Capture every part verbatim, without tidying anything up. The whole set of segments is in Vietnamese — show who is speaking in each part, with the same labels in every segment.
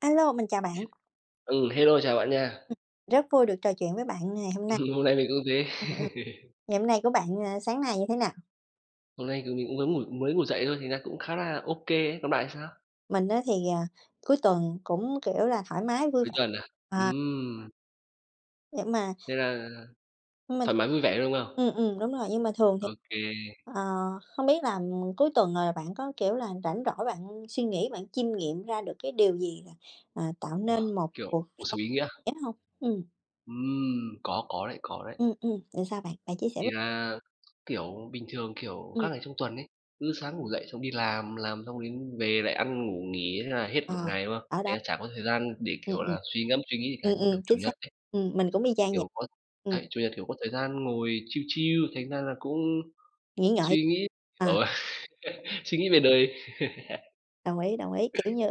Speaker 1: Alo, mình chào bạn,
Speaker 2: Ừ, hello, chào bạn nha.
Speaker 1: rất vui được trò chuyện với bạn ngày hôm nay.
Speaker 2: Hôm nay mình cũng thế.
Speaker 1: Ừm, ừm. Ngày hôm nay của bạn, ờ, sáng nay như thế nào?
Speaker 2: Hôm nay thì mình cũng mới ngủ mới ngủ dậy thôi, thì ra cũng khá là ok kê ấy, còn bạn thì sao?
Speaker 1: Mình á thì, ờ, cuối tuần cũng, kiểu là, thoải mái vui
Speaker 2: Cuối
Speaker 1: vẻ,
Speaker 2: tuần à?
Speaker 1: à,
Speaker 2: Ừm,
Speaker 1: nhưng mà
Speaker 2: thế là
Speaker 1: nhưng mà
Speaker 2: thoải mái vui vẻ, đúng không?
Speaker 1: ừm, ừm, đúng rồi, nhưng mà thường thì,
Speaker 2: Ok.
Speaker 1: ờ, không biết là, cuối tuần rồi bạn có, kiểu là, rảnh rỗi bạn suy nghĩ, bạn chiêm nghiệm ra được cái điều gì là, à, tạo
Speaker 2: Wow,
Speaker 1: nên một
Speaker 2: kiểu,
Speaker 1: cuộc
Speaker 2: cuộc sống ý nghĩa.
Speaker 1: sống hông? Ừm.
Speaker 2: Ừm, có, có đấy, có đấy.
Speaker 1: Ừ, ừ, ừ, thì sao bạn? Bạn chia sẻ
Speaker 2: Thì
Speaker 1: với
Speaker 2: là, kiểu, bình thường, kiểu,
Speaker 1: ừm.
Speaker 2: các ngày trong tuần ấy, cứ sáng ngủ dậy xong đi làm, làm xong đến về lại ăn, ngủ, nghỉ, thế là hết một
Speaker 1: Ờ,
Speaker 2: ngày, đúng không?
Speaker 1: ở đó
Speaker 2: Thành ra chả có thời gian để,
Speaker 1: ừm,
Speaker 2: kiểu
Speaker 1: ừm.
Speaker 2: là, suy ngẫm, suy nghĩ gì cả,
Speaker 1: Ừm,
Speaker 2: những
Speaker 1: ừm,
Speaker 2: kiểu Chủ
Speaker 1: chính xác.
Speaker 2: nhật.
Speaker 1: Ừm, mình cũng y chang vậy.
Speaker 2: Kiểu, có
Speaker 1: Ừm,
Speaker 2: đấy, Chủ nhật, kiểu, có thời gian ngồi chill chill, thành ra là cũng
Speaker 1: nghĩ ngợi
Speaker 2: suy nghĩ,
Speaker 1: à,
Speaker 2: kiểu, suy nghĩ về đời.
Speaker 1: đồng ý, đồng ý, kiểu như,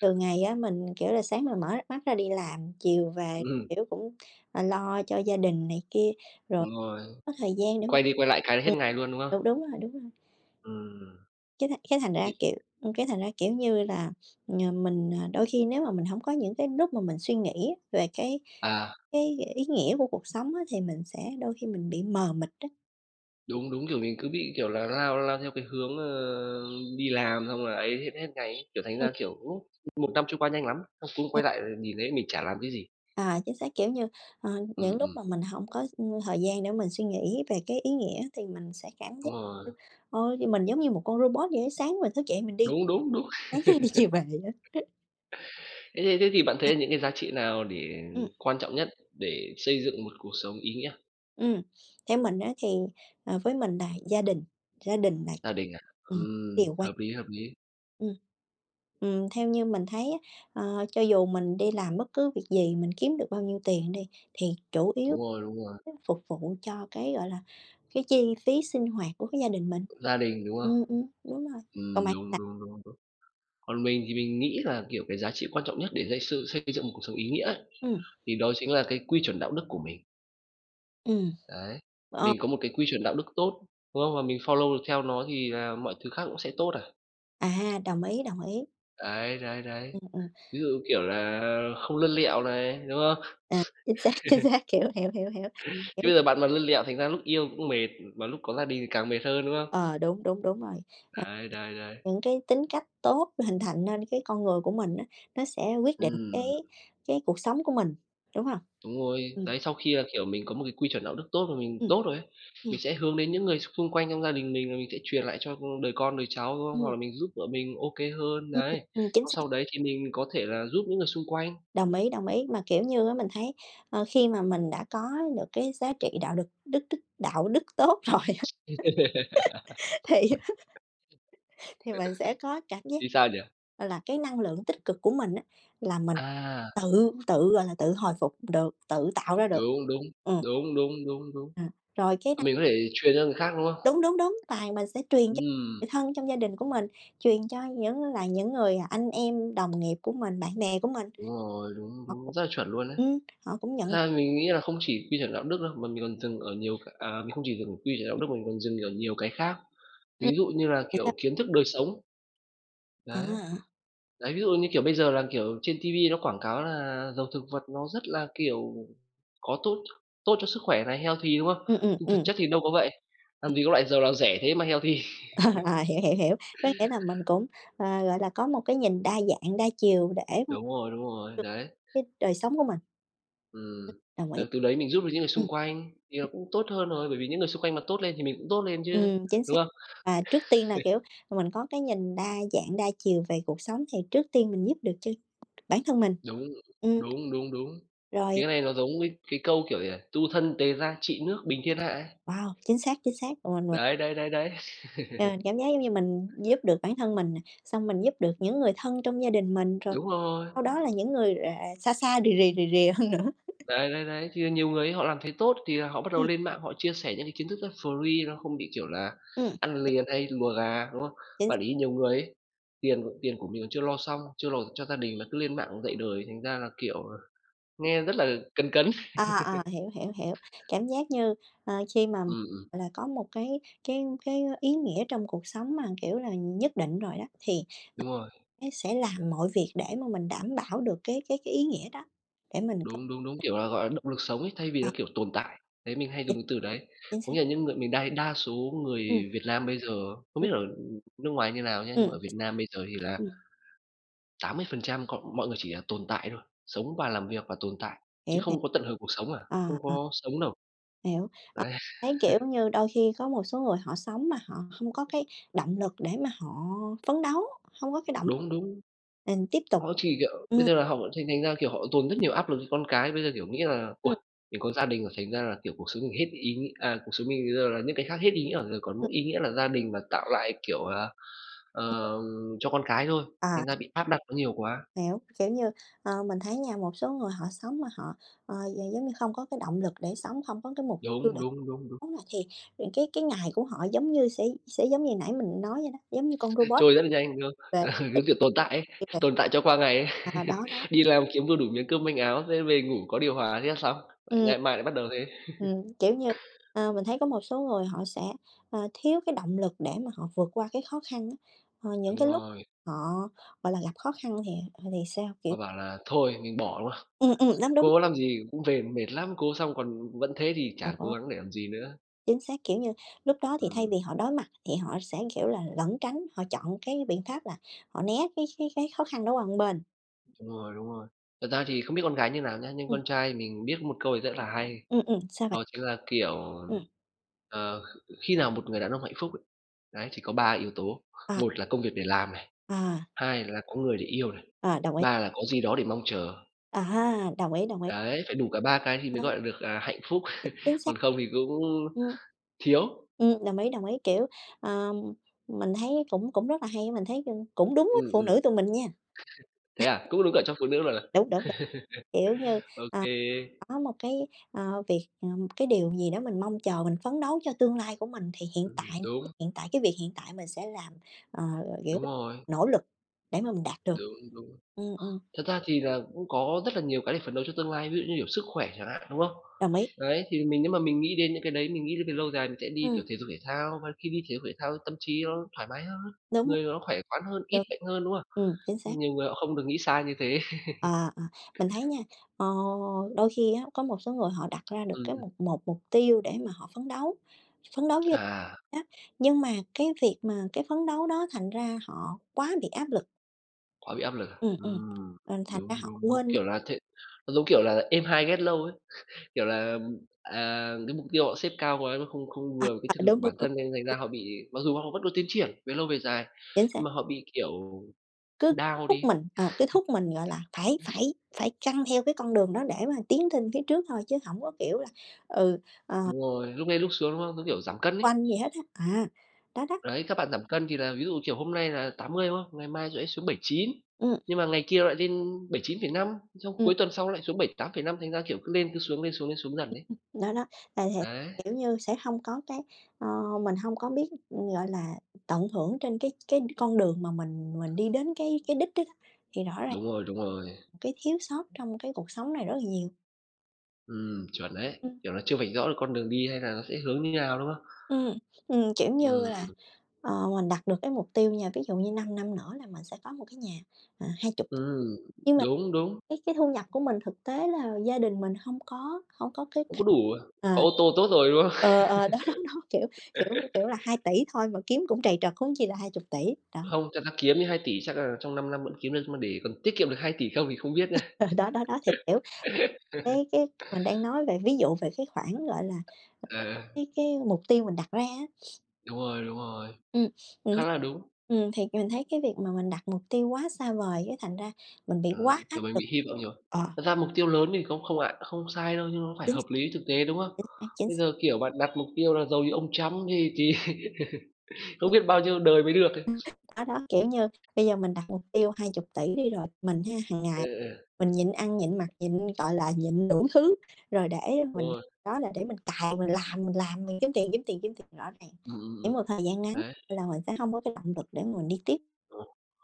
Speaker 1: thường ngày á mình, kiểu là, sáng mình mở mắt ra đi làm, chiều về,
Speaker 2: Ừm,
Speaker 1: kiểu, cũng, à, lo cho gia đình này kia, rồi
Speaker 2: đúng rồi,
Speaker 1: có thời gian để mà
Speaker 2: quay đi quay lại cái hết
Speaker 1: ừm,
Speaker 2: ngày luôn, đúng không?
Speaker 1: đúng, đúng rồi, đúng rồi.
Speaker 2: Ừm,
Speaker 1: Cái th cái thành ra,
Speaker 2: thì
Speaker 1: kiểu, cái thành ra, kiểu như là, ờ, mình, à, đôi khi nếu mà mình không có những cái lúc mà mình suy nghĩ về cái
Speaker 2: à,
Speaker 1: cái ý nghĩa của cuộc sống á, thì mình sẽ đôi khi mình bị mờ mịt á.
Speaker 2: đúng, đúng, kiểu, mình cứ bị, kiểu là, lao lao theo cái hướng, ờ, đi làm xong rồi ấy hết hết ngày ấy, kiểu, thành
Speaker 1: Ừm,
Speaker 2: ra, kiểu, ú, một năm trôi qua nhanh lắm, xong cũng
Speaker 1: ừm,
Speaker 2: quay lại nhìn thấy mình chả làm cái gì.
Speaker 1: à, chính xác, kiểu như, ờ,
Speaker 2: Ừm,
Speaker 1: những lúc
Speaker 2: ừm,
Speaker 1: mà mình không có, ưm, thời gian để mình suy nghĩ về cái ý nghĩa thì mình sẽ cảm giác
Speaker 2: đúng rồi,
Speaker 1: như, ôi, thì mình giống như một con robot vậy á, sáng mình thức dậy mình đi,
Speaker 2: đúng, đúng, đúng.
Speaker 1: sáng đi đi chiều về vậy á.
Speaker 2: Thế thế thế thì bạn
Speaker 1: Ờ,
Speaker 2: thấy những cái giá trị nào để
Speaker 1: ừm,
Speaker 2: quan trọng nhất để xây dựng một cuộc sống ý nghĩa?
Speaker 1: ừm, theo mình á thì, ờ, với mình là gia đình, gia đình là,
Speaker 2: Gia đình à?
Speaker 1: ừm,
Speaker 2: Ừm,
Speaker 1: điều quan
Speaker 2: hợp lý, hợp lý.
Speaker 1: ừm. Ừm, theo như mình thấy á, ờ, cho dù mình đi làm bất cứ việc gì, mình kiếm được bao nhiêu tiền đi, thì chủ yếu
Speaker 2: Đúng rồi, đúng rồi,
Speaker 1: á phục vụ cho cái, gọi là, cái chi phí sinh hoạt của cái gia đình mình.
Speaker 2: gia đình, đúng
Speaker 1: Ừm,
Speaker 2: không?
Speaker 1: ừm, đúng rồi. Còn
Speaker 2: Ừm,
Speaker 1: bạn
Speaker 2: đúng,
Speaker 1: sao?
Speaker 2: đúng, đúng, đúng. Còn mình thì mình nghĩ là, kiểu, cái giá trị quan trọng nhất để dạy sự xây dựng một cuộc sống ý nghĩa ấy,
Speaker 1: Ừm,
Speaker 2: thì đó chính là cái quy chuẩn đạo đức của mình,
Speaker 1: ừm,
Speaker 2: đấy.
Speaker 1: ờ,
Speaker 2: Mình có một cái quy chuẩn đạo đức tốt, đúng không? Và mình follow được theo nó thì là mọi thứ khác cũng sẽ tốt à.
Speaker 1: à, đồng ý, đồng ý.
Speaker 2: Đấy, đấy, đấy.
Speaker 1: Ừm, ừm,
Speaker 2: Ví dụ, kiểu là, không lươn lẹo này, đúng không?
Speaker 1: à, chính xác, chính xác, hiểu, hiểu, hiểu, hiểu,
Speaker 2: Chứ
Speaker 1: kiểu
Speaker 2: bây giờ bạn mà lươn lẹo thành ra lúc yêu cũng mệt, mà lúc có gia đình thì càng mệt hơn, đúng không?
Speaker 1: ờ, đúng, đúng, đúng rồi. Ờ,
Speaker 2: Đấy, đấy, đấy.
Speaker 1: những cái tính cách tốt hình thành nên cái con người của mình á, nó sẽ quyết định cái
Speaker 2: Ừm.
Speaker 1: cái cuộc sống của mình, đúng hông?
Speaker 2: Đúng rồi,
Speaker 1: Ừm.
Speaker 2: đấy, sau khi là, kiểu, mình có một cái quy chuẩn đạo đức tốt và mình
Speaker 1: Ừm.
Speaker 2: tốt rồi ấy,
Speaker 1: Ừm,
Speaker 2: mình sẽ hướng đến những người xung quanh trong gia đình mình, rồi mình sẽ truyền lại cho, đời con, đời cháu, đúng không? Hoặc
Speaker 1: ừm,
Speaker 2: là mình giúp vợ mình ô kê hơn,
Speaker 1: ừm,
Speaker 2: đấy.
Speaker 1: ừm, chính
Speaker 2: Xong
Speaker 1: xác,
Speaker 2: sau đấy thì mình có thể là giúp những người xung quanh.
Speaker 1: đồng ý, đồng ý. Mà, kiểu như á, mình thấy, ờ, khi mà mình đã có được cái giá trị đạo đực đức đức đạo đức tốt rồi á, thì thì mình sẽ có cảm giác,
Speaker 2: Thì sao nhỉ?
Speaker 1: gọi là, cái năng lượng tích cực của mình á, là mình
Speaker 2: À,
Speaker 1: tự tự, gọi là, tự hồi phục được, tự tạo ra được.
Speaker 2: đúng, đúng,
Speaker 1: Ừm.
Speaker 2: đúng, đúng, đúng, đúng.
Speaker 1: Ừm, rồi cái năng
Speaker 2: Mình có thể truyền cho người khác, đúng không?
Speaker 1: đúng, đúng, đúng, và mình sẽ truyền cho
Speaker 2: Ừm,
Speaker 1: người thân trong gia đình của mình, truyền cho những là những người à, anh em, đồng nghiệp của mình, bạn bè của mình.
Speaker 2: đúng rồi, đúng,
Speaker 1: Họ
Speaker 2: đúng,
Speaker 1: cũng
Speaker 2: rất là chuẩn luôn đấy.
Speaker 1: ừm, họ cũng nhận
Speaker 2: Thật ra mình nghĩ là không chỉ quy chuẩn đạo đức đâu, mà mình còn dừng ở nhiều cái à, mình không chỉ dừng ở quy chuẩn đạo đức, mình còn dừng ở nhiều cái khác. Ví
Speaker 1: ừm.
Speaker 2: dụ như là,
Speaker 1: Thì sao?
Speaker 2: kiểu, kiến thức đời sống,
Speaker 1: À,
Speaker 2: đấy,
Speaker 1: à,
Speaker 2: đấy, ví dụ như, kiểu, bây giờ là, kiểu, trên ti vi nó quảng cáo là dầu thực vật nó rất là, kiểu, có tốt tốt cho sức khỏe này, healthy, đúng không?
Speaker 1: ừm, ừm,
Speaker 2: Nhưng thực
Speaker 1: ừm,
Speaker 2: chất thì đâu có vậy, làm gì có loại dầu nào rẻ thế mà healthy.
Speaker 1: à, hiểu, hiểu, hiểu. Có nghĩa là mình cũng, ờ, gọi là, có một cái nhìn đa dạng, đa chiều để mà
Speaker 2: Đúng rồi, đúng rồi,
Speaker 1: được
Speaker 2: đấy,
Speaker 1: cái đời sống của mình,
Speaker 2: ừm,
Speaker 1: đồng ý.
Speaker 2: ờ, từ đấy mình giúp được những người
Speaker 1: Ừm,
Speaker 2: xung quanh thì nó cũng tốt hơn rồi, bởi vì những người xung quanh mà tốt lên thì mình cũng tốt lên chứ,
Speaker 1: ừm, chính xác.
Speaker 2: đúng không?
Speaker 1: Và trước tiên là, kiểu, mình có cái nhìn đa dạng, đa chiều về cuộc sống thì trước tiên mình giúp được cho bản thân mình.
Speaker 2: Đúng,
Speaker 1: Ừm.
Speaker 2: đúng, đúng, đúng. Thì
Speaker 1: Rồi,
Speaker 2: cái này nó giống cái cái câu, kiểu, gì nhỉ, "Tu thân tề gia trị nước bình thiên hạ" ấy.
Speaker 1: wow, chính xác, chính xác, rồi mình mình,
Speaker 2: Đấy, đấy, đấy, đấy.
Speaker 1: ờ, cảm giác giống như mình giúp được bản thân mình nè, xong mình giúp được những người thân trong gia đình mình, rồi
Speaker 2: Đúng rồi.
Speaker 1: sau đó là những người, à, xa xa, rì rì, rì rì hơn nữa.
Speaker 2: Đấy, đấy, đấy, thì nhiều người ấy họ làm thấy tốt thì là họ bắt đầu
Speaker 1: Ừm,
Speaker 2: lên mạng họ chia sẻ những cái kiến thức nó free, nó không bị, kiểu là,
Speaker 1: ừm,
Speaker 2: ăn liền hay lùa gà, đúng không?
Speaker 1: chính
Speaker 2: Bạn để ý nhiều người ấy, tiền tiền của mình còn chưa lo xong, chưa lo cho gia đình mà cứ lên mạng dạy đời, thành ra là, kiểu, nghe rất là cấn cấn.
Speaker 1: à, à, hiểu, hiểu, hiểu. Cảm giác như, ờ, khi mà,
Speaker 2: Ừm, ừm,
Speaker 1: là, có một cái cái cái ý nghĩa trong cuộc sống mà, kiểu là, nhất định rồi đó, thì
Speaker 2: đúng rồi.
Speaker 1: nó sẽ làm mọi việc để mà mình đảm bảo được cái cái cái ý nghĩa đó, để mình có
Speaker 2: Đúng, đúng, đúng, kiểu là, gọi là, động lực sống ấy, thay vì
Speaker 1: ờ,
Speaker 2: nó, kiểu, tồn tại. Đấy, mình hay
Speaker 1: chính
Speaker 2: dùng cái từ đấy.
Speaker 1: chính
Speaker 2: Có
Speaker 1: xác.
Speaker 2: nghĩa là những người mình đa đa số người
Speaker 1: Ừm,
Speaker 2: Việt Nam bây giờ không
Speaker 1: ừm,
Speaker 2: biết ở nước ngoài như nào nhá, nhưng mà
Speaker 1: ừm,
Speaker 2: ở Việt Nam bây giờ thì là
Speaker 1: ừm,
Speaker 2: tám mươi phần trăm còn mọi người chỉ là tồn tại thôi, sống và làm việc và tồn tại, chứ
Speaker 1: hiểu, hiểu.
Speaker 2: không có tận hưởng cuộc sống à,
Speaker 1: À
Speaker 2: không có sống đâu.
Speaker 1: hiểu, ờ,
Speaker 2: Đấy,
Speaker 1: thấy, kiểu như, đôi khi có một số người họ sống mà họ không có cái động lực để mà họ phấn đấu, không có cái động
Speaker 2: đúng, đúng.
Speaker 1: mình tiếp tục
Speaker 2: Họ chỉ, kiểu bây
Speaker 1: ừm,
Speaker 2: giờ là họ thành thành ra, kiểu, họ dồn rất nhiều áp lực cho con cái, bây giờ, kiểu, nghĩ là
Speaker 1: ừm,
Speaker 2: "Uầy, mình có gia đình rồi, thành ra là, kiểu, cuộc sống mình hết ý nghĩa à, cuộc sống mình bây giờ là những cái khác hết ý nghĩa rồi, còn
Speaker 1: ừm,
Speaker 2: mỗi ý nghĩa là gia đình và tạo lại, kiểu, à, ờ, cho con cái thôi."
Speaker 1: à,
Speaker 2: Thành ra bị áp đặt nó nhiều quá.
Speaker 1: hiểu, kiểu như, ờ, mình thấy nha, một số người họ sống mà họ, ờ, gi giống như không có cái động lực để sống, không có cái mục tiêu
Speaker 2: Đúng,
Speaker 1: để
Speaker 2: đúng, đúng, đúng,
Speaker 1: sống nè, thì thì cái cái ngày của họ giống như sẽ sẽ giống như nãy mình nói vậy đó, giống như con robot
Speaker 2: trôi rất là nhanh, đúng không?
Speaker 1: về
Speaker 2: Ờ, cứ, kiểu, tồn tại ấy,
Speaker 1: về,
Speaker 2: tồn tại cho qua ngày ấy.
Speaker 1: ờ, đó, đó.
Speaker 2: Đi làm kiếm vừa đủ miếng cơm manh áo, thế về ngủ có điều hòa thế là xong, lại
Speaker 1: Ừm.
Speaker 2: ngày mai lại bắt đầu thế.
Speaker 1: Ừm, kiểu như, ờ, mình thấy có một số người họ sẽ, ờ, thiếu cái động lực để mà họ vượt qua cái khó khăn á. Ờ, những
Speaker 2: Đúng
Speaker 1: cái lúc
Speaker 2: rồi,
Speaker 1: họ, gọi là, gặp khó khăn thì ờ, thì sao? Kiểu
Speaker 2: họ bảo là "Thôi, mình bỏ", đúng không?
Speaker 1: ừm, ừm, đúng, đúng,
Speaker 2: Cố làm gì, cũng về mệt lắm, cố xong còn vẫn thế thì chả cố
Speaker 1: đó,
Speaker 2: gắng để làm gì nữa.
Speaker 1: chính xác, kiểu như, lúc đó thì thay
Speaker 2: Ừm,
Speaker 1: vì họ đối mặt thì họ sẽ, kiểu là, lẩn tránh, họ chọn cái biện pháp là họ né cái cái cái khó khăn đó qua một bên.
Speaker 2: đúng rồi, đúng rồi. Thật ra thì không biết con gái như nào nhá, nhưng
Speaker 1: Ừm,
Speaker 2: con trai mình biết một câu này rất là hay,
Speaker 1: ừm, ừm, sao bạn?
Speaker 2: đó chính là, kiểu,
Speaker 1: Ừm,
Speaker 2: ờ, khi nào một người đàn ông hạnh phúc ấy, đấy, thì có ba yếu tố,
Speaker 1: à,
Speaker 2: một là công việc để làm này,
Speaker 1: à,
Speaker 2: hai là có người để yêu này,
Speaker 1: à, đồng ý,
Speaker 2: ba là có gì đó để mong chờ.
Speaker 1: à ha, đồng ý, đồng ý,
Speaker 2: Đấy, phải đủ cả ba cái thì mới
Speaker 1: ờ,
Speaker 2: gọi là được, à, hạnh phúc,
Speaker 1: chính xác.
Speaker 2: còn không thì cũng
Speaker 1: Ừm.
Speaker 2: thiếu.
Speaker 1: Ừm, đồng ý, đồng ý, kiểu, ờ, mình thấy cũng cũng rất là hay, mình thấy, cũng đúng với
Speaker 2: Ừm,
Speaker 1: phụ
Speaker 2: ừm,
Speaker 1: nữ tụi mình nha.
Speaker 2: thế à? Cũng đúng cả cho phụ nữ rồi à?
Speaker 1: Đúng, đúng, đúng, kiểu như,
Speaker 2: Ô
Speaker 1: ờ,
Speaker 2: kê,
Speaker 1: có một cái, ờ, việc, ờ, cái điều gì đó mình mong chờ, mình phấn đấu cho tương lai của mình thì hiện
Speaker 2: ừm,
Speaker 1: tại
Speaker 2: đúng,
Speaker 1: hiện tại cái việc hiện tại mình sẽ làm, ờ, kiểu,
Speaker 2: đúng rồi.
Speaker 1: nỗ lực để mà mình đạt được.
Speaker 2: Đúng, đúng.
Speaker 1: Ừm, ừm,
Speaker 2: Thật ra thì là cũng có rất là nhiều cái để phấn đấu cho tương lai, ví dụ như, kiểu, sức khỏe chẳng hạn, đúng không?
Speaker 1: đồng ý.
Speaker 2: Đấy, thì mình nếu mà mình nghĩ đến những cái đấy, mình nghĩ về lâu dài mình sẽ đi, kiểu,
Speaker 1: Ừm,
Speaker 2: thể dục thể thao, và khi đi thể dục thể thao tâm trí nó thoải mái hơn,
Speaker 1: đúng, rồi,
Speaker 2: người nó khỏe khoắn hơn, ít
Speaker 1: được,
Speaker 2: bệnh hơn, đúng không?
Speaker 1: ừm, chính xác.
Speaker 2: Mà nhiều người họ không được nghĩ xa như thế.
Speaker 1: À, à, mình thấy nha, ờ, đôi khi á, có một số người họ đặt ra được
Speaker 2: Ừm,
Speaker 1: cái
Speaker 2: ừm.
Speaker 1: một một mục tiêu để mà họ phấn đấu, phấn đấu như
Speaker 2: À,
Speaker 1: á, nhưng mà cái việc mà cái phấn đấu đó thành ra họ quá bị áp lực,
Speaker 2: quá bị áp lực à?
Speaker 1: ừm, ừm,
Speaker 2: Ừm,
Speaker 1: ờ, thành
Speaker 2: đúng,
Speaker 1: ra họ
Speaker 2: đúng, đúng,
Speaker 1: quên đi
Speaker 2: kiểu là thế nó giống kiểu là êm hai ghét lâu ấy. Kiểu là, à, cái mục tiêu họ xếp cao quá nó không không
Speaker 1: à,
Speaker 2: vừa với cái
Speaker 1: à,
Speaker 2: thực lực
Speaker 1: đúng,
Speaker 2: của
Speaker 1: đúng,
Speaker 2: bản
Speaker 1: đúng,
Speaker 2: thân nên thành ra họ bị mặc dù họ vẫn có tiến triển về lâu về dài,
Speaker 1: chính xác,
Speaker 2: nhưng mà họ bị, kiểu,
Speaker 1: cứ cứ
Speaker 2: down
Speaker 1: thúc
Speaker 2: đi,
Speaker 1: mình, ờ, cứ thúc mình, gọi là, phải phải phải căng theo cái con đường đó để mà tiến lên phía trước thôi chứ không có, kiểu là, ừ, ờ,
Speaker 2: đúng rồi, lúc lên lúc xuống, đúng không? Giống kiểu giảm cân ấy.
Speaker 1: quanh gì hết á, à, đó đó,
Speaker 2: Đấy, các bạn giảm cân thì là ví dụ, kiểu, hôm nay là tám mươi, đúng không? Ngày mai sẽ xuống bảy chín,
Speaker 1: ừ
Speaker 2: nhưng mà ngày kia lại lên bảy chín phẩy năm, xong
Speaker 1: ừ
Speaker 2: cuối tuần sau lại xuống bảy tám phẩy năm, thành ra, kiểu, cứ lên cứ xuống, lên xuống, lên xuống dần đấy.
Speaker 1: đó, đó, là sẽ,
Speaker 2: Đấy,
Speaker 1: kiểu như, sẽ hông có cái ờ, mình hông có biết, gọi là, tận hưởng trên cái cái con đường mà mình mình đi đến cái cái đích đó đó, thì rõ ràng
Speaker 2: đúng rồi, đúng rồi.
Speaker 1: cái thiếu sót trong cái cuộc sống này rất là nhiều.
Speaker 2: Ừm, chuẩn đấy,
Speaker 1: Ừm.
Speaker 2: kiểu là, chưa vạch rõ được con đường đi hay là nó sẽ hướng như nào, đúng không?
Speaker 1: Ừm, ừm, kiểu như là,
Speaker 2: Ừm.
Speaker 1: ờ, mình đặt được cái mục tiêu nha, ví dụ như năm năm nữa là mình sẽ có một cái nhà, à, hai chục tầng.
Speaker 2: Ừm,
Speaker 1: Nhưng
Speaker 2: đúng, đúng,
Speaker 1: Cái cái thu nhập của mình thực tế là gia đình mình hông có hông có cái
Speaker 2: không
Speaker 1: khả
Speaker 2: có đủ, à, có
Speaker 1: ờ.
Speaker 2: ô tô tốt rồi, đúng không?
Speaker 1: Ờ, ờ, đó, đó, đó, kiểu, kiểu, kiểu là hai tỷ thôi mà kiếm cũng trầy trật, huống chi là hai chục tỷ đó,
Speaker 2: Không, thật ra kiếm cái hai nghìn chắc là trong năm năm vẫn kiếm được, nhưng mà để còn tiết kiệm được hai tỷ không thì không biết nha.
Speaker 1: ờ, đó, đó, đó, thì, kiểu, cái cái mình đang nói về ví dụ về cái khoản, gọi là,
Speaker 2: Ờ,
Speaker 1: cái cái mục tiêu mình đặt ra á.
Speaker 2: đúng rồi, đúng rồi,
Speaker 1: Ừm, ừm,
Speaker 2: khá là đúng.
Speaker 1: ừm, thì mình thấy cái việc mà mình đặt mục tiêu quá xa vời cái thành ra mình bị
Speaker 2: Ờ,
Speaker 1: quá áp
Speaker 2: kiểu, mình
Speaker 1: lực.
Speaker 2: bị hy vọng nhiều.
Speaker 1: Ờ,
Speaker 2: Thật ra mục tiêu lớn thì không không ạ không sai đâu, nhưng nó phải
Speaker 1: chính
Speaker 2: hợp
Speaker 1: xác,
Speaker 2: lý thực tế, đúng không?
Speaker 1: chính xác, chính
Speaker 2: Bây
Speaker 1: xác.
Speaker 2: giờ, kiểu, bạn đặt mục tiêu là giàu như ông Trump thì thì không biết bao nhiêu đời mới được ấy.
Speaker 1: Ừm, đó, đó, kiểu như, bây giờ mình đặt mục tiêu hai chục tỷ đi rồi, mình ha, hàng
Speaker 2: Ừ,
Speaker 1: ngày
Speaker 2: ừ,
Speaker 1: mình nhịn ăn, nhịn mặc, nhịn, gọi là, nhịn đủ thứ, rồi để
Speaker 2: đúng
Speaker 1: mình
Speaker 2: rồi.
Speaker 1: đó là để mình cày, mình làm, mình làm, mình kiếm tiền, kiếm tiền, kiếm tiền rõ ràng.
Speaker 2: Ừm, ừm,
Speaker 1: Chỉ
Speaker 2: ừm,
Speaker 1: một thời gian ngắn
Speaker 2: đấy.
Speaker 1: là mình sẽ hông có cái động lực để mà mình đi tiếp.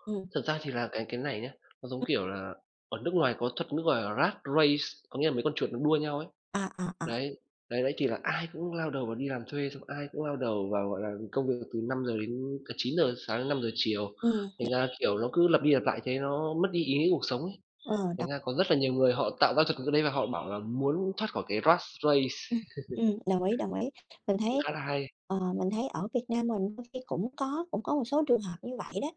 Speaker 1: Ừm,
Speaker 2: Thật ra thì là cái cái này nhá, nó giống
Speaker 1: ừm,
Speaker 2: kiểu là ở nước ngoài có thuật nước gọi là rat race, có nghĩa là mấy con chuột nó đua nhau ấy.
Speaker 1: à, à, à,
Speaker 2: Đấy, đấy, đấy, thì là ai cũng lao đầu vào đi làm thuê, xong ai cũng lao đầu vào, gọi là, công việc từ năm giờ đến à, chín giờ sáng đến năm giờ chiều.
Speaker 1: ừm,
Speaker 2: Thành ra, kiểu, nó cứ lặp đi lặp lại thế nó mất đi ý nghĩa cuộc sống ấy.
Speaker 1: ờ,
Speaker 2: Thành
Speaker 1: đồng
Speaker 2: ra có rất là nhiều người họ tạo ra thuật ngữ đấy và họ bảo là muốn thoát khỏi cái rat race,
Speaker 1: ừm, ừm, đồng ý, đồng ý. Mình
Speaker 2: cũng
Speaker 1: thấy,
Speaker 2: khá là hay.
Speaker 1: ờ, mình thấy ở Việt Nam mình đôi khi cũng có cũng có một số trường hợp như vậy đó.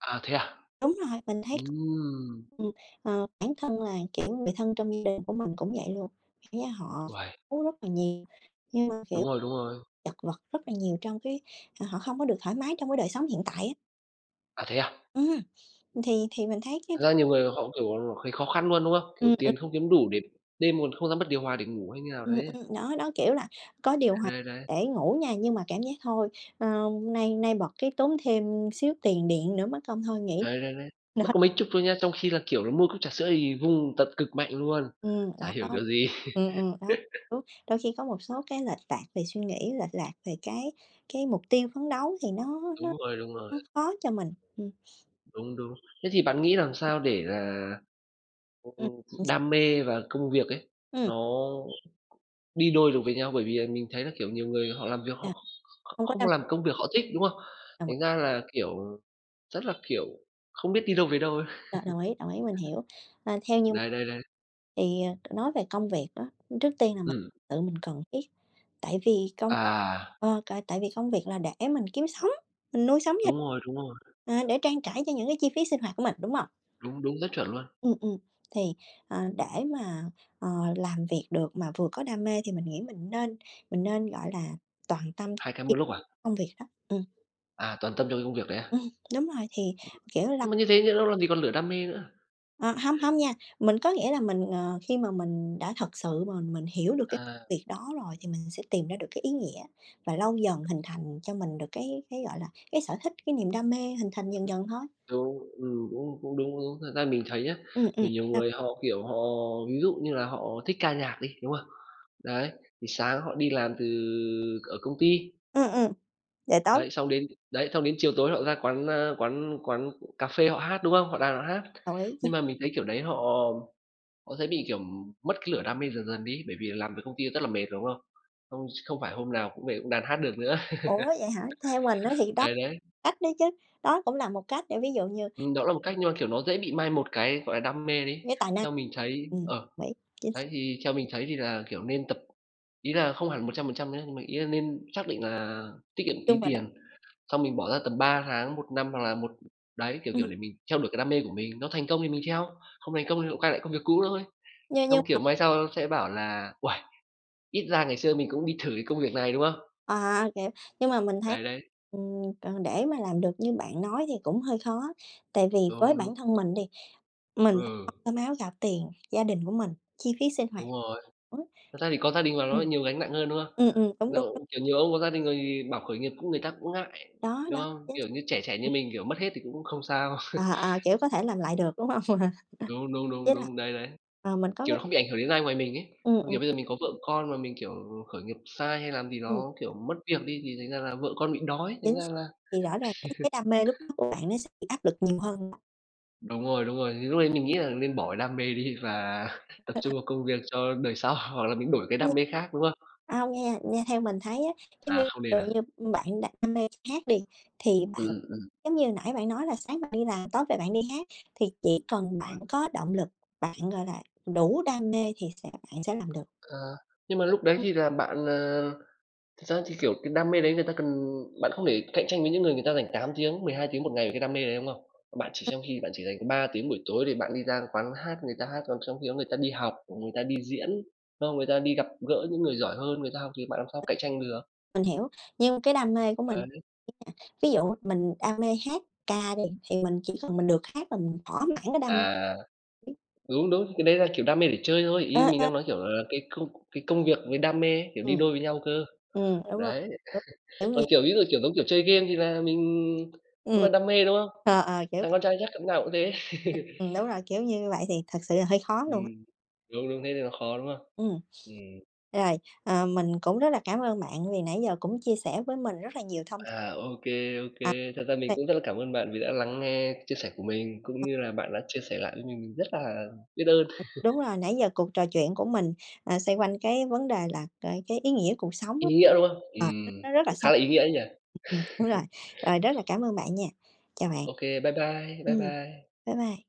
Speaker 2: À, thế à?
Speaker 1: Đúng rồi, mình thấy có
Speaker 2: Ừm,
Speaker 1: ừm, ờ, bản thân là, kiểu, người thân trong gia đình của mình cũng vậy luôn, kiểu như, họ
Speaker 2: uầy,
Speaker 1: cố rất là nhiều, nhưng mà,
Speaker 2: đúng
Speaker 1: kiểu,
Speaker 2: rồi, đúng rồi.
Speaker 1: chật vật rất là nhiều trong cái à, họ không có được thoải mái trong cái đời sống hiện tại á.
Speaker 2: À, thế à?
Speaker 1: Ừm, thì thì mình thấy cái
Speaker 2: Thật ra nhiều người họ, kiểu, thấy khó khăn luôn, đúng không? Kiểu,
Speaker 1: ừm, ừm,
Speaker 2: tiền không kiếm đủ để đêm còn không dám bật điều hòa để ngủ hay như nào
Speaker 1: ừm,
Speaker 2: đấy.
Speaker 1: ừm, đó, đó, kiểu là, có điều
Speaker 2: Đấy,
Speaker 1: hòa
Speaker 2: đấy, đấy.
Speaker 1: để ngủ nha, nhưng mà cảm giác thôi, ờ, nay nay bật cái tốn thêm xíu tiền điện nữa mất công thôi nghỉ.
Speaker 2: Đấy, đấy, đấy. Mất
Speaker 1: Đó.
Speaker 2: có mấy chục thôi nhá, trong khi là, kiểu nó mua cốc trà sữa thì vung tận cực mạnh luôn,
Speaker 1: Ừ
Speaker 2: chả
Speaker 1: đó, đó.
Speaker 2: hiểu kiểu gì.
Speaker 1: Ừ ừm, đó, đúng. Đôi khi có một số cái lệch lạc về suy nghĩ, lệch lạc về cái cái mục tiêu phấn đấu thì nó nó
Speaker 2: Đúng rồi, đúng rồi,
Speaker 1: nó khó cho mình. Ừ.
Speaker 2: đúng, đúng. Thế thì bạn nghĩ làm sao để là, ừm,
Speaker 1: Ừ.
Speaker 2: đam mê và công việc ấy,
Speaker 1: Ừm,
Speaker 2: nó đi đôi được với nhau? Bởi vì là mình thấy là, kiểu, nhiều người họ làm việc
Speaker 1: à,
Speaker 2: họ kh
Speaker 1: không có
Speaker 2: không
Speaker 1: đâm
Speaker 2: làm công việc họ thích, đúng không?
Speaker 1: đồng
Speaker 2: Thành ra là, kiểu, rất là, kiểu, không biết đi đâu về đâu ấy.
Speaker 1: đ đồng ý, đồng ý, mình hiểu. À, theo như mình
Speaker 2: Đấy, đấy, đấy.
Speaker 1: thì, ờ, nói về công việc đó, trước tiên là mình
Speaker 2: Ừm.
Speaker 1: tự mình cần thiết, tại vì công
Speaker 2: À,
Speaker 1: ờ, c tại vì công việc là để mình kiếm sống, mình nuôi sống gia
Speaker 2: đúng
Speaker 1: đình,
Speaker 2: rồi, đúng rồi,
Speaker 1: à, để trang trải cho những cái chi phí sinh hoạt của mình, đúng không?
Speaker 2: đúng, đúng, rất chuẩn luôn,
Speaker 1: Ừm, ừm, thì, ờ, để mà, ờ, làm việc được mà vừa có đam mê thì mình nghĩ mình nên mình nên, gọi là, toàn tâm
Speaker 2: hai cái
Speaker 1: ý
Speaker 2: một lúc à?
Speaker 1: công việc đó. Ừm,
Speaker 2: À, toàn tâm cho cái công việc đấy à?
Speaker 1: ừm, đúng rồi, thì, kiểu là
Speaker 2: Nhưng mà như thế nhỡ đâu làm gì còn lửa đam mê nữa.
Speaker 1: ờ, không hông nha, mình có nghĩa là mình, ờ, khi mà mình đã thật sự mà mình hiểu được cái
Speaker 2: À,
Speaker 1: việc đó rồi thì mình sẽ tìm ra được cái ý nghĩa và lâu dần hình thành cho mình được cái cái, gọi là, cái sở thích, cái niềm đam mê hình thành dần dần thôi.
Speaker 2: đúng, ừm, cũng cũng đúng, cũng đúng. Thật ra mình thấy nhá
Speaker 1: Ừ ừ
Speaker 2: kiểu, nhiều
Speaker 1: ừ
Speaker 2: người họ, kiểu, họ ví dụ như là họ thích ca nhạc đi, đúng không? Đấy, thì sáng họ đi làm từ ở công ty,
Speaker 1: ừ ừm, để tối
Speaker 2: đấy, xong đến đấy, xong đến chiều tối họ ra quán, a, quán quán cà phê họ hát, đúng không? Họ đàn họ hát.
Speaker 1: đồng ý.
Speaker 2: Nhưng mà mình thấy kiểu đấy họ Họ sẽ bị, kiểu, mất cái lửa đam mê dần dần đi, bởi vì làm việc công ty rất là mệt, đúng không? Không không phải hôm nào cũng về cũng đàn hát được nữa.
Speaker 1: Ủa, vậy hả? Theo mình á thì đó
Speaker 2: Đấy, đấy,
Speaker 1: cách đấy chứ, đó cũng là một cách để ví dụ như
Speaker 2: Ừm, đó là một cách nhưng mà, kiểu, nó dễ bị mai một cái, gọi là, đam mê đấy.
Speaker 1: cái tài năng
Speaker 2: Theo mình thấy
Speaker 1: ừm,
Speaker 2: ờ,
Speaker 1: mỹ, chính xác,
Speaker 2: đấy, thì theo mình thấy thì là, kiểu, nên tập ý là không hẳn một trăm phần trăm nhá, nhưng mà ý là nên xác định là tiết kiệm tí
Speaker 1: chung là đ
Speaker 2: tiền, xong mình bỏ ra tầm ba tháng, một năm hoặc là một đấy, kiểu, kiểu,
Speaker 1: ừm,
Speaker 2: để mình theo đuổi cái đam mê của mình, nó thành công thì mình theo, không thành công thì lại quay lại công việc cũ thôi.
Speaker 1: nhưng nhưng
Speaker 2: Xong, kiểu,
Speaker 1: mà
Speaker 2: mai sau sẽ bảo là "Uầy, ít ra ngày xưa mình cũng đi thử cái công việc này", đúng không?
Speaker 1: à, kiểu, nhưng mà mình thấy,
Speaker 2: Đấy, đấy,
Speaker 1: ừm, còn để mà làm được như bạn nói thì cũng hơi khó, tại vì với
Speaker 2: đúng, đúng,
Speaker 1: bản thân mình đi, mình phải lo
Speaker 2: ừ,
Speaker 1: cơm áo gạo tiền gia đình của mình, chi phí sinh hoạt
Speaker 2: đúng rồi.
Speaker 1: nữa.
Speaker 2: Thật ra thì có gia đình mà nó
Speaker 1: Ừm.
Speaker 2: nhiều gánh nặng hơn, đúng không?
Speaker 1: Ừm, ừm, đúng, đúng, đúng,
Speaker 2: Dầu kiểu, nhiều ông có gia đình rồi thì bảo khởi nghiệp cũng người ta cũng ngại,
Speaker 1: đó,
Speaker 2: đúng
Speaker 1: đó,
Speaker 2: không?
Speaker 1: chính
Speaker 2: Kiểu
Speaker 1: xác.
Speaker 2: như, trẻ trẻ
Speaker 1: Ừm,
Speaker 2: như mình, kiểu, mất hết thì cũng không sao.
Speaker 1: ờ, ờ, kiểu, có thể làm lại được, đúng hông?
Speaker 2: Đúng, đúng, đúng,
Speaker 1: Với lại,
Speaker 2: đúng, đấy, đấy,
Speaker 1: ờ, mình có
Speaker 2: Kiểu,
Speaker 1: cái
Speaker 2: nó không bị ảnh hưởng đến ai ngoài mình ấy.
Speaker 1: ừm,
Speaker 2: Còn,
Speaker 1: ừm.
Speaker 2: kiểu, bây giờ mình có vợ con mà mình, kiểu, khởi nghiệp sai hay làm gì
Speaker 1: Ừm,
Speaker 2: đó, kiểu, mất việc đi thì thành ra là vợ con bị đói, thành
Speaker 1: chính xác,
Speaker 2: ra là
Speaker 1: thì rõ ràng cái cái đam mê lúc đó của bạn nó sẽ bị áp lực nhiều hơn
Speaker 2: đúng rồi, đúng rồi, Thì lúc đấy mình nghĩ là nên bỏ cái đam mê đi và tập trung vào công việc cho đời sau, hoặc là mình đổi cái
Speaker 1: nha.
Speaker 2: đam mê khác, đúng không?
Speaker 1: À, nha nha theo mình thấy á, cái
Speaker 2: À,
Speaker 1: việc
Speaker 2: không
Speaker 1: ví
Speaker 2: nên à?
Speaker 1: dụ như, bạn đặt đam mê hát đi, thì bạn
Speaker 2: Ừm, ừm, ừm.
Speaker 1: giống như nãy bạn nói là sáng bạn đi làm, tối về bạn đi hát, thì chỉ cần bạn có động lực, bạn, gọi là, đủ đam mê thì sẽ bạn sẽ làm được.
Speaker 2: À, nhưng mà lúc đấy
Speaker 1: Ừm,
Speaker 2: thì là bạn, ờ thực ra thì, kiểu, cái đam mê đấy người ta cần bạn không thể cạnh tranh với những người người ta dành tám tiếng, mười hai tiếng một ngày về cái đam mê đấy, đúng không? Bạn chỉ trong khi bạn chỉ dành có ba tiếng buổi tối để bạn đi ra quán hát người ta hát, còn trong khi đó người ta đi học, người ta đi diễn, đúng không? Người ta đi gặp gỡ những người giỏi hơn người ta học thì bạn làm sao cạnh tranh được.
Speaker 1: mình hiểu, nhưng cái đam mê của mình
Speaker 2: Đấy.
Speaker 1: ví dụ mình đam mê hát ca đi, thì mình chỉ cần mình được hát là mình thỏa mãn cái đam
Speaker 2: À,
Speaker 1: mê.
Speaker 2: đúng, đúng, cái đấy là, kiểu, đam mê để chơi thôi, ý mình
Speaker 1: Ờ.
Speaker 2: đang nói, kiểu là, cái công cái công việc với đam mê, kiểu, đi
Speaker 1: Ừm.
Speaker 2: đôi với nhau cơ.
Speaker 1: Ừm, đúng rồi,
Speaker 2: Đấy,
Speaker 1: đúng, kiểu như
Speaker 2: còn, kiểu, ví dụ, kiểu, giống kiểu chơi game thì là mình cũng
Speaker 1: ừm,
Speaker 2: là đam mê, đúng không?
Speaker 1: ờ, ờ, kiểu,
Speaker 2: Thằng con trai chắc cặp nào cũng thế.
Speaker 1: ừm, đúng rồi, kiểu như vậy thì thật sự là hơi khó luôn á.
Speaker 2: Ừm, đúng, đúng, thế thì nó khó, đúng không?
Speaker 1: Ừm.
Speaker 2: Ừm,
Speaker 1: Rồi, ờ, mình cũng rất là cảm ơn bạn vì nãy giờ cũng chia sẻ với mình rất là nhiều thông
Speaker 2: à, ok
Speaker 1: à,
Speaker 2: kê. Thật ra mình
Speaker 1: xoay
Speaker 2: cũng rất là cảm ơn bạn vì đã lắng nghe chia sẻ của mình,
Speaker 1: ờ,
Speaker 2: cũng như là bạn đã chia sẻ lại với mình, mình rất là biết ơn.
Speaker 1: đúng rồi, nãy giờ cuộc trò chuyện của mình, à, xoay quanh cái vấn đề là cái cái ý nghĩa cuộc sống
Speaker 2: Ý
Speaker 1: á,
Speaker 2: nghĩa, đúng không?
Speaker 1: ờ, nó
Speaker 2: Ừm,
Speaker 1: nó rất là
Speaker 2: cũng khá
Speaker 1: sâu.
Speaker 2: là ý nghĩa ấy nhỉ?
Speaker 1: Ừm, đúng rồi, rồi rất là cảm ơn bạn nha. Chào bạn.
Speaker 2: Ok, bye bye, bye
Speaker 1: Ừm,
Speaker 2: bye.
Speaker 1: bye bye.